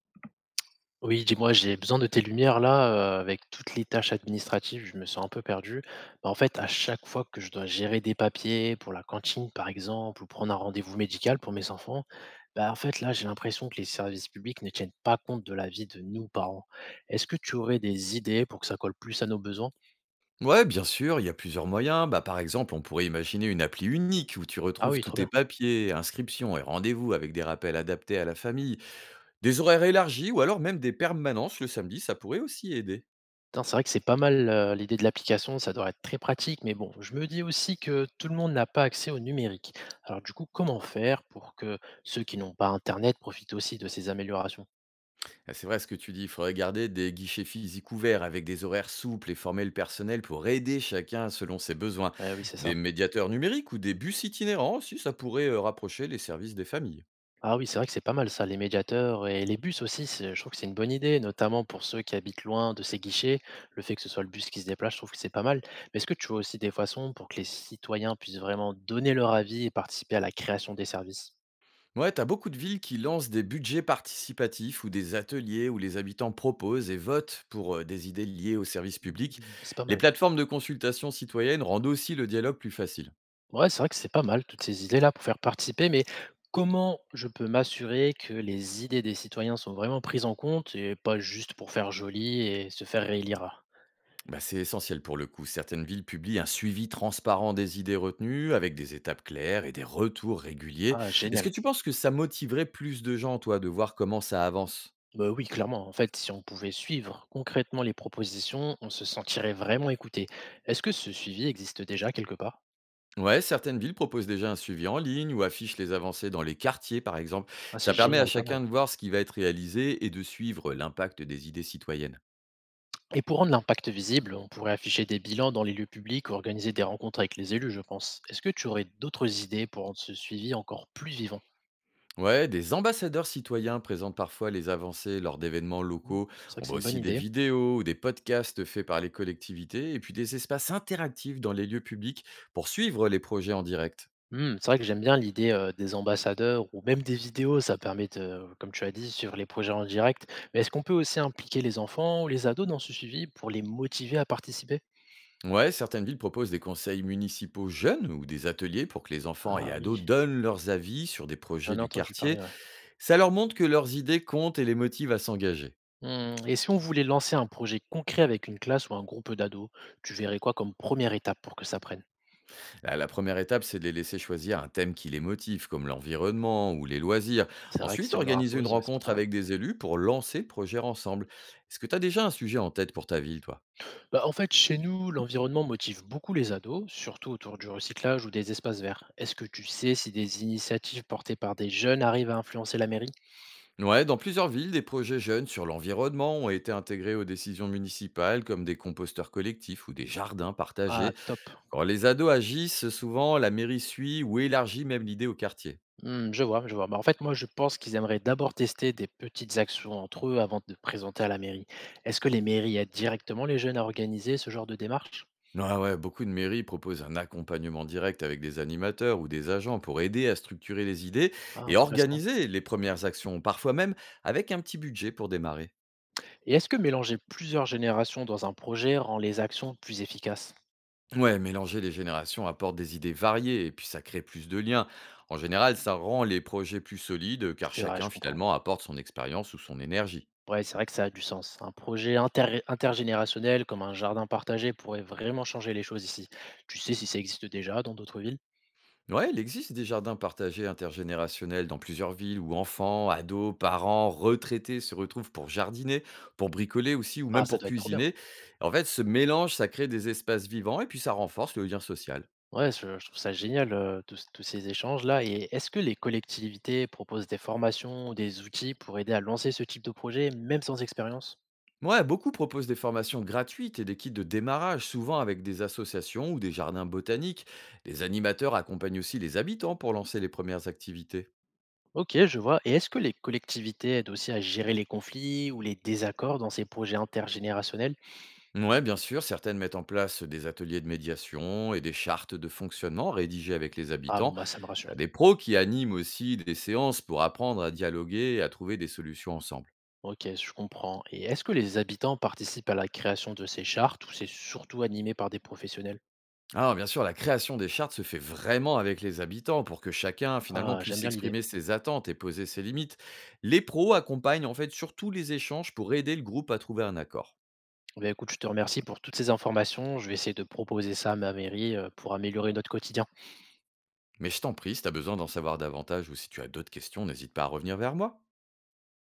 Oui, dis-moi, j'ai besoin de tes lumières là, avec toutes les tâches administratives, je me sens un peu perdu. Bah, en fait, à chaque fois que je dois gérer des papiers pour la cantine, par exemple, ou prendre un rendez-vous médical pour mes enfants, bah, en fait, là, j'ai l'impression que les services publics ne tiennent pas compte de la vie de nous, parents. Est-ce que tu aurais des idées pour que ça colle plus à nos besoins? Ouais, bien sûr, il y a plusieurs moyens. Bah, par exemple, on pourrait imaginer une appli unique où tu Ah retrouves oui, tous trop bien. tes papiers, inscriptions et rendez-vous avec des rappels adaptés à la famille, des horaires élargis ou alors même des permanences le samedi, ça pourrait aussi aider. Putain, c'est vrai que c'est pas mal, l'idée de l'application, ça doit être très pratique, mais bon, je me dis aussi que tout le monde n'a pas accès au numérique. Alors du coup, comment faire pour que ceux qui n'ont pas internet profitent aussi de ces améliorations? Ah, c'est vrai ce que tu dis, il faudrait garder des guichets physiques ouverts avec des horaires souples et former le personnel pour aider chacun selon ses besoins. Eh oui, c'est ça. Des médiateurs numériques ou des bus itinérants, si ça pourrait rapprocher les services des familles. Ah oui, c'est vrai que c'est pas mal ça, les médiateurs et les bus aussi, c'est je trouve que c'est une bonne idée, notamment pour ceux qui habitent loin de ces guichets. Le fait que ce soit le bus qui se déplace, je trouve que c'est pas mal. Mais est-ce que tu vois aussi des façons pour que les citoyens puissent vraiment donner leur avis et participer à la création des services? Ouais, t'as beaucoup de villes qui lancent des budgets participatifs ou des ateliers où les habitants proposent et votent pour des idées liées au service public. Mmh, c'est pas Les mal. plateformes de consultation citoyenne rendent aussi le dialogue plus facile. Ouais, c'est vrai que c'est pas mal toutes ces idées-là pour faire participer, mais comment je peux m'assurer que les idées des citoyens sont vraiment prises en compte et pas juste pour faire joli et se faire réélire? Bah, c'est essentiel pour le coup. Certaines villes publient un suivi transparent des idées retenues avec des étapes claires et des retours réguliers. Ah, Est-ce que génial. tu penses que ça motiverait plus de gens, toi, de voir comment ça avance? Bah oui, clairement. En fait, si on pouvait suivre concrètement les propositions, on se sentirait vraiment écouté. Est-ce que ce suivi existe déjà quelque part? Ouais, certaines villes proposent déjà un suivi en ligne ou affichent les avancées dans les quartiers, par exemple. Ah, c'est Ça permet à génial, pas mal. chacun de voir ce qui va être réalisé et de suivre l'impact des idées citoyennes. Et pour rendre l'impact visible, on pourrait afficher des bilans dans les lieux publics ou organiser des rencontres avec les élus, je pense. Est-ce que tu aurais d'autres idées pour rendre ce suivi encore plus vivant? Ouais, des ambassadeurs citoyens présentent parfois les avancées lors d'événements Hmm, locaux. c'est vrai On que c'est voit une bonne aussi des idée. vidéos ou des podcasts faits par les collectivités et puis des espaces interactifs dans les lieux publics pour suivre les projets en direct. Mmh, c'est vrai que j'aime bien l'idée, des ambassadeurs ou même des vidéos. Ça permet de comme tu as dit, suivre les projets en direct. Mais est-ce qu'on peut aussi impliquer les enfants ou les ados dans ce suivi pour les motiver à participer? Ouais, certaines villes proposent des conseils municipaux jeunes ou des ateliers pour que les enfants et Ah oui, ados donnent leurs avis sur des j'en projets ai du entendu quartier. parler, ouais. Ça leur montre que leurs idées comptent et les motive à s'engager. Mmh et si on voulait lancer un projet concret avec une classe ou un groupe d'ados, tu verrais quoi comme première étape pour que ça prenne? La première étape, c'est de les laisser choisir un thème qui les motive, comme l'environnement ou les loisirs. C'est vrai que Ensuite, si on leur organiser une impose, ouais, c'est pas rencontre pareil. avec des élus pour lancer le projet ensemble. Est-ce que tu as déjà un sujet en tête pour ta ville, toi? Bah, en fait, chez nous, l'environnement motive beaucoup les ados, surtout autour du recyclage ou des espaces verts. Est-ce que tu sais si des initiatives portées par des jeunes arrivent à influencer la mairie? Ouais, dans plusieurs villes, des projets jeunes sur l'environnement ont été intégrés aux décisions municipales, comme des composteurs collectifs ou des jardins Ah partagés. top. Quand les ados agissent, souvent la mairie suit ou élargit même l'idée au quartier. Mmh, je vois, je vois. Bah, en fait, moi, je pense qu'ils aimeraient d'abord tester des petites actions entre eux avant de présenter à la mairie. Est-ce que les mairies aident directement les jeunes à organiser ce genre de démarche? Ah ouais, beaucoup de mairies proposent un accompagnement direct avec des animateurs ou des agents pour aider à structurer les idées Ah, et intéressant. organiser les premières actions, parfois même avec un petit budget pour démarrer. Et est-ce que mélanger plusieurs générations dans un projet rend les actions plus efficaces? Ouais, mélanger les générations apporte des idées variées et puis ça crée plus de liens. En général, ça rend les projets plus solides car C'est vrai, je chacun comprends. finalement apporte son expérience ou son énergie. Ouais, c'est vrai que ça a du sens. Un projet intergénérationnel comme un jardin partagé pourrait vraiment changer les choses ici. Tu sais si ça existe déjà dans d'autres villes? Ouais, il existe des jardins partagés intergénérationnels dans plusieurs villes où enfants, ados, parents, retraités se retrouvent pour jardiner, pour bricoler aussi ou Ah, même ça pour doit être trop bien. cuisiner. En fait, ce mélange, ça crée des espaces vivants et puis ça renforce le lien social. Ouais, je trouve ça génial, tous ces échanges-là et est-ce que les collectivités proposent des formations ou des outils pour aider à lancer ce type de projet, même sans expérience? Ouais, beaucoup proposent des formations gratuites et des kits de démarrage, souvent avec des associations ou des jardins botaniques. Les animateurs accompagnent aussi les habitants pour lancer les premières activités. OK, je vois et est-ce que les collectivités aident aussi à gérer les conflits ou les désaccords dans ces projets intergénérationnels? Ouais, bien sûr, certaines mettent en place des ateliers de médiation et des chartes de fonctionnement rédigées avec les Ah bon, habitants. bah, ça me rassure. T'as des pros qui animent aussi des séances pour apprendre à dialoguer et à trouver des solutions ensemble. OK, je comprends et est-ce que les habitants participent à la création de ces chartes ou c'est surtout animé par des professionnels? Alors bien sûr, la création des chartes se fait vraiment avec les habitants pour que chacun finalement Ah, j'aime puisse bien l'idée. exprimer ses attentes et poser ses limites. Les pros accompagnent en fait surtout les échanges pour aider le groupe à trouver un accord. Ben écoute, je te remercie pour toutes ces informations. Je vais essayer de proposer ça à ma mairie, pour améliorer notre quotidien. Mais je t'en prie, si tu besoin d'en savoir davantage ou si tu as d'autres questions, n'hésite pas à revenir vers moi.